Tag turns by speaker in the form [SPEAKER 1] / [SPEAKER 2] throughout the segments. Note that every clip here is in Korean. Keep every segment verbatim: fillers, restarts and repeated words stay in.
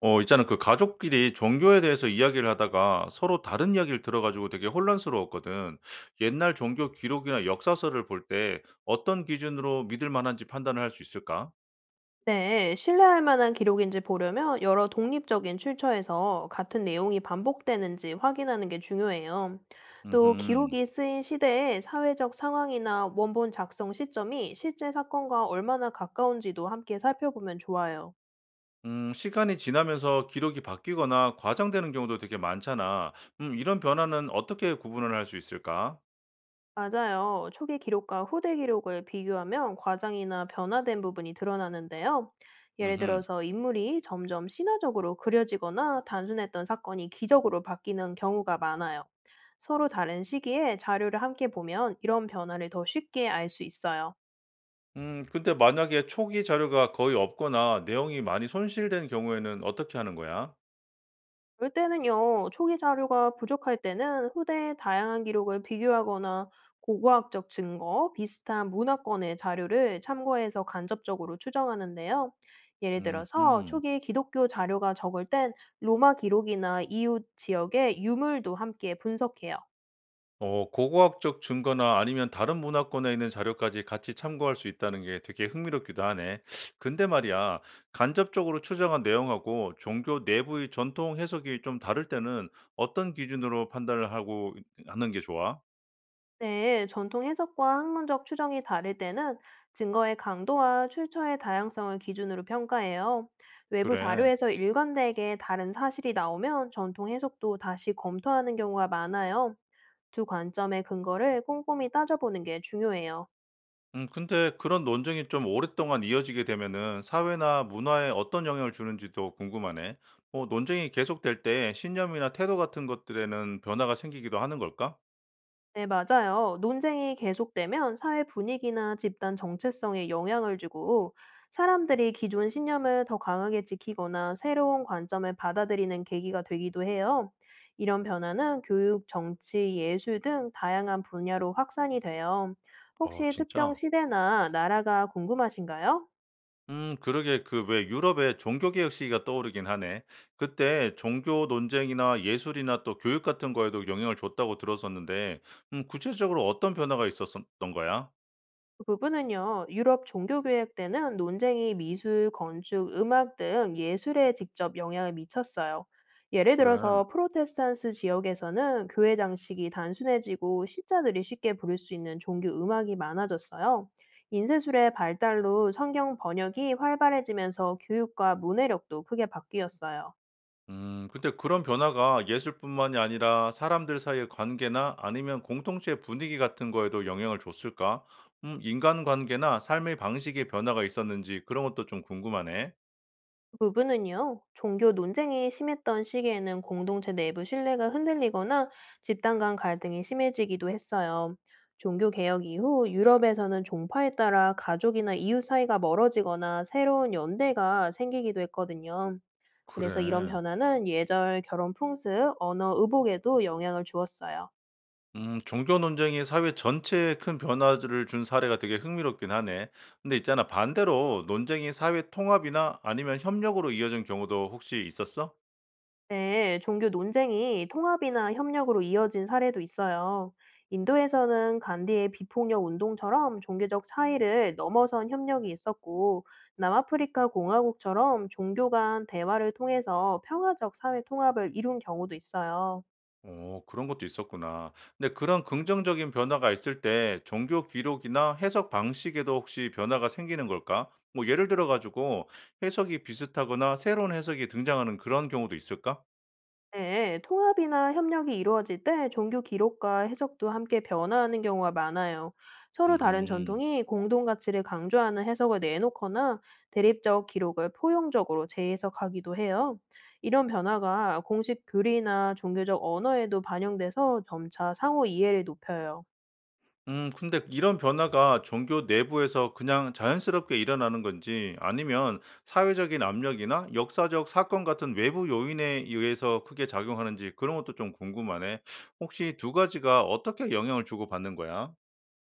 [SPEAKER 1] 어 있잖아. 그 가족끼리 종교에 대해서 이야기를 하다가 서로 다른 이야기를 들어 가지고 되게 혼란스러웠거든. 옛날 종교 기록이나 역사서를 볼 때 어떤 기준으로 믿을 만한지 판단을 할 수 있을까?
[SPEAKER 2] 네, 신뢰할 만한 기록인지 보려면 여러 독립적인 출처에서 같은 내용이 반복되는지 확인하는 게 중요해요. 또
[SPEAKER 1] 음
[SPEAKER 2] 기록이 쓰인 시대의 사회적 상황이나 원본 작성 시점이 실제 사건과 얼마나 가까운지도 함께 살펴보면 좋아요.
[SPEAKER 1] 음 시간이 지나면서 기록이 바뀌거나 과장되는 경우도 되게 많잖아. 음 이런 변화는 어떻게 구분을 할 수 있을까?
[SPEAKER 2] 맞아요. 초기 기록과 후대 기록을 비교하면 과장이나 변화된 부분이 드러나는데요. 예를
[SPEAKER 1] 음
[SPEAKER 2] 들어서 인물이 점점 신화적으로 그려지거나 단순했던 사건이 기적으로 바뀌는 경우가 많아요. 서로 다른 시기에 자료를 함께 보면 이런 변화를 더 쉽게 알 수 있어요.
[SPEAKER 1] 음 근데 만약에 초기 자료가 거의 없거나 내용이 많이 손실된 경우에는 어떻게 하는 거야?
[SPEAKER 2] 그럴 때는요, 초기 자료가 부족할 때는 후대의 다양한 기록을 비교하거나 고고학적 증거, 비슷한 문화권의 자료를 참고해서 간접적으로 추정하는데요. 예를 들어서
[SPEAKER 1] 음
[SPEAKER 2] 초기 기독교 자료가 적을 땐 로마 기록이나 이웃 지역의 유물도 함께 분석해요.
[SPEAKER 1] 어 고고학적 증거나 아니면 다른 문화권에 있는 자료까지 같이 참고할 수 있다는 게 되게 흥미롭기도 하네. 근데 말이야, 간접적으로 추정한 내용하고 종교 내부의 전통 해석이 좀 다를 때는 어떤 기준으로 판단을 하고 하는 게 좋아?
[SPEAKER 2] 네, 전통 해석과 학문적 추정이 다를 때는 증거의 강도와 출처의 다양성을 기준으로 평가해요. 외부
[SPEAKER 1] 그래.
[SPEAKER 2] 자료에서 일관되게 다른 사실이 나오면 전통 해석도 다시 검토하는 경우가 많아요. 두 관점의 근거를 꼼꼼히 따져보는 게 중요해요.
[SPEAKER 1] 음, 근데 그런 논쟁이 좀 오랫동안 이어지게 되면은 사회나 문화에 어떤 영향을 주는지도 궁금하네. 어, 논쟁이 계속될 때 신념이나 태도 같은 것들에는 변화가 생기기도 하는 걸까?
[SPEAKER 2] 네, 맞아요. 논쟁이 계속되면 사회 분위기나 집단 정체성에 영향을 주고 사람들이 기존 신념을 더 강하게 지키거나 새로운 관점을 받아들이는 계기가 되기도 해요. 이런 변화는 교육, 정치, 예술 등 다양한 분야로 확산이 돼요.
[SPEAKER 1] 어,
[SPEAKER 2] 혹시 특정
[SPEAKER 1] 진짜?
[SPEAKER 2] 시대나 나라가 궁금하신가요?
[SPEAKER 1] 음 그러게 그 왜 유럽의 종교개혁 시기가 떠오르긴 하네. 그때 종교 논쟁이나 예술이나 또 교육 같은 거에도 영향을 줬다고 들었었는데 음 구체적으로 어떤 변화가 있었던 거야?
[SPEAKER 2] 그 부분은요, 유럽 종교교육 때는 논쟁이 미술, 건축, 음악 등 예술에 직접 영향을 미쳤어요. 예를
[SPEAKER 1] 그래.
[SPEAKER 2] 들어서 프로테스탄스 지역에서는 교회 장식이 단순해지고 신자들이 쉽게 부를 수 있는 종교 음악이 많아졌어요. 인쇄술의 발달로 성경 번역이 활발해지면서 교육과 문해력도 크게 바뀌었어요.
[SPEAKER 1] 음 근데 그런 변화가 예술뿐만이 아니라 사람들 사이의 관계나 아니면 공동체 분위기 같은 거에도 영향을 줬을까? 음 인간관계나 삶의 방식의 변화가 있었는지 그런 것도 좀 궁금하네.
[SPEAKER 2] 그 부분은요, 종교 논쟁이 심했던 시기에는 공동체 내부 신뢰가 흔들리거나 집단 간 갈등이 심해지기도 했어요. 종교 개혁 이후 유럽에서는 종파에 따라 가족이나 이웃 사이가 멀어지거나 새로운 연대가 생기기도 했거든요. 그래서 이런
[SPEAKER 1] 그래.
[SPEAKER 2] 변화는 예절, 결혼 풍습, 언어, 의복에도 영향을 주었어요.
[SPEAKER 1] 음 종교 논쟁이 사회 전체에 큰 변화를 준 사례가 되게 흥미롭긴 하네. 근데 있잖아, 반대로 논쟁이 사회 통합이나 아니면 협력으로 이어진 경우도 혹시 있었어?
[SPEAKER 2] 네, 종교 논쟁이 통합이나 협력으로 이어진 사례도 있어요. 인도에서는 간디의 비폭력 운동처럼 종교적 차이를 넘어선 협력이 있었고, 남아프리카 공화국처럼 종교 간 대화를 통해서 평화적 사회 통합을 이룬 경우도 있어요.
[SPEAKER 1] 오, 그런 것도 있었구나. 근데 그런 긍정적인 변화가 있을 때 종교 기록이나 해석 방식에도 혹시 변화가 생기는 걸까? 뭐 예를 들어 가지고 해석이 비슷하거나 새로운 해석이 등장하는 그런 경우도 있을까?
[SPEAKER 2] 네, 통합이나 협력이 이루어질 때 종교 기록과 해석도 함께 변화하는 경우가 많아요. 서로 다른
[SPEAKER 1] 음.
[SPEAKER 2] 전통이 공동 가치를 강조하는 해석을 내놓거나 대립적 기록을 포용적으로 재해석하기도 해요. 이런 변화가 공식 교리나 종교적 언어에도 반영돼서 점차 상호 이해를 높여요.
[SPEAKER 1] 음 근데 이런 변화가 종교 내부에서 그냥 자연스럽게 일어나는 건지 아니면 사회적인 압력이나 역사적 사건 같은 외부 요인에 의해서 크게 작용하는지 그런 것도 좀 궁금하네. 혹시 두 가지가 어떻게 영향을 주고받는 거야?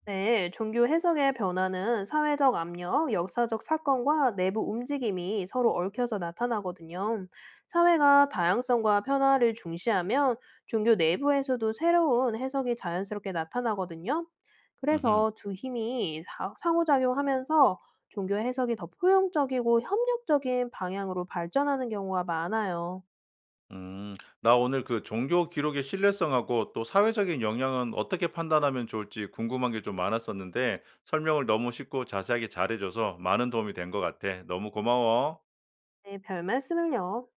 [SPEAKER 2] 네, 종교 해석의 변화는 사회적 압력, 역사적 사건과 내부 움직임이 서로 얽혀서 나타나거든요. 사회가 다양성과 변화를 중시하면 종교 내부에서도 새로운 해석이 자연스럽게 나타나거든요.
[SPEAKER 1] 음흠.
[SPEAKER 2] 그래서 두 힘이 사- 상호작용하면서 종교 해석이 더 포용적이고 협력적인 방향으로 발전하는 경우가 많아요.
[SPEAKER 1] 음. 나 오늘 그 종교 기록의 신뢰성하고 또 사회적인 영향은 어떻게 판단하면 좋을지 궁금한 게 좀 많았었는데 설명을 너무 쉽고 자세하게 잘해 줘서 많은 도움이 된 것 같아. 너무 고마워.
[SPEAKER 2] 네, 별 말씀을요.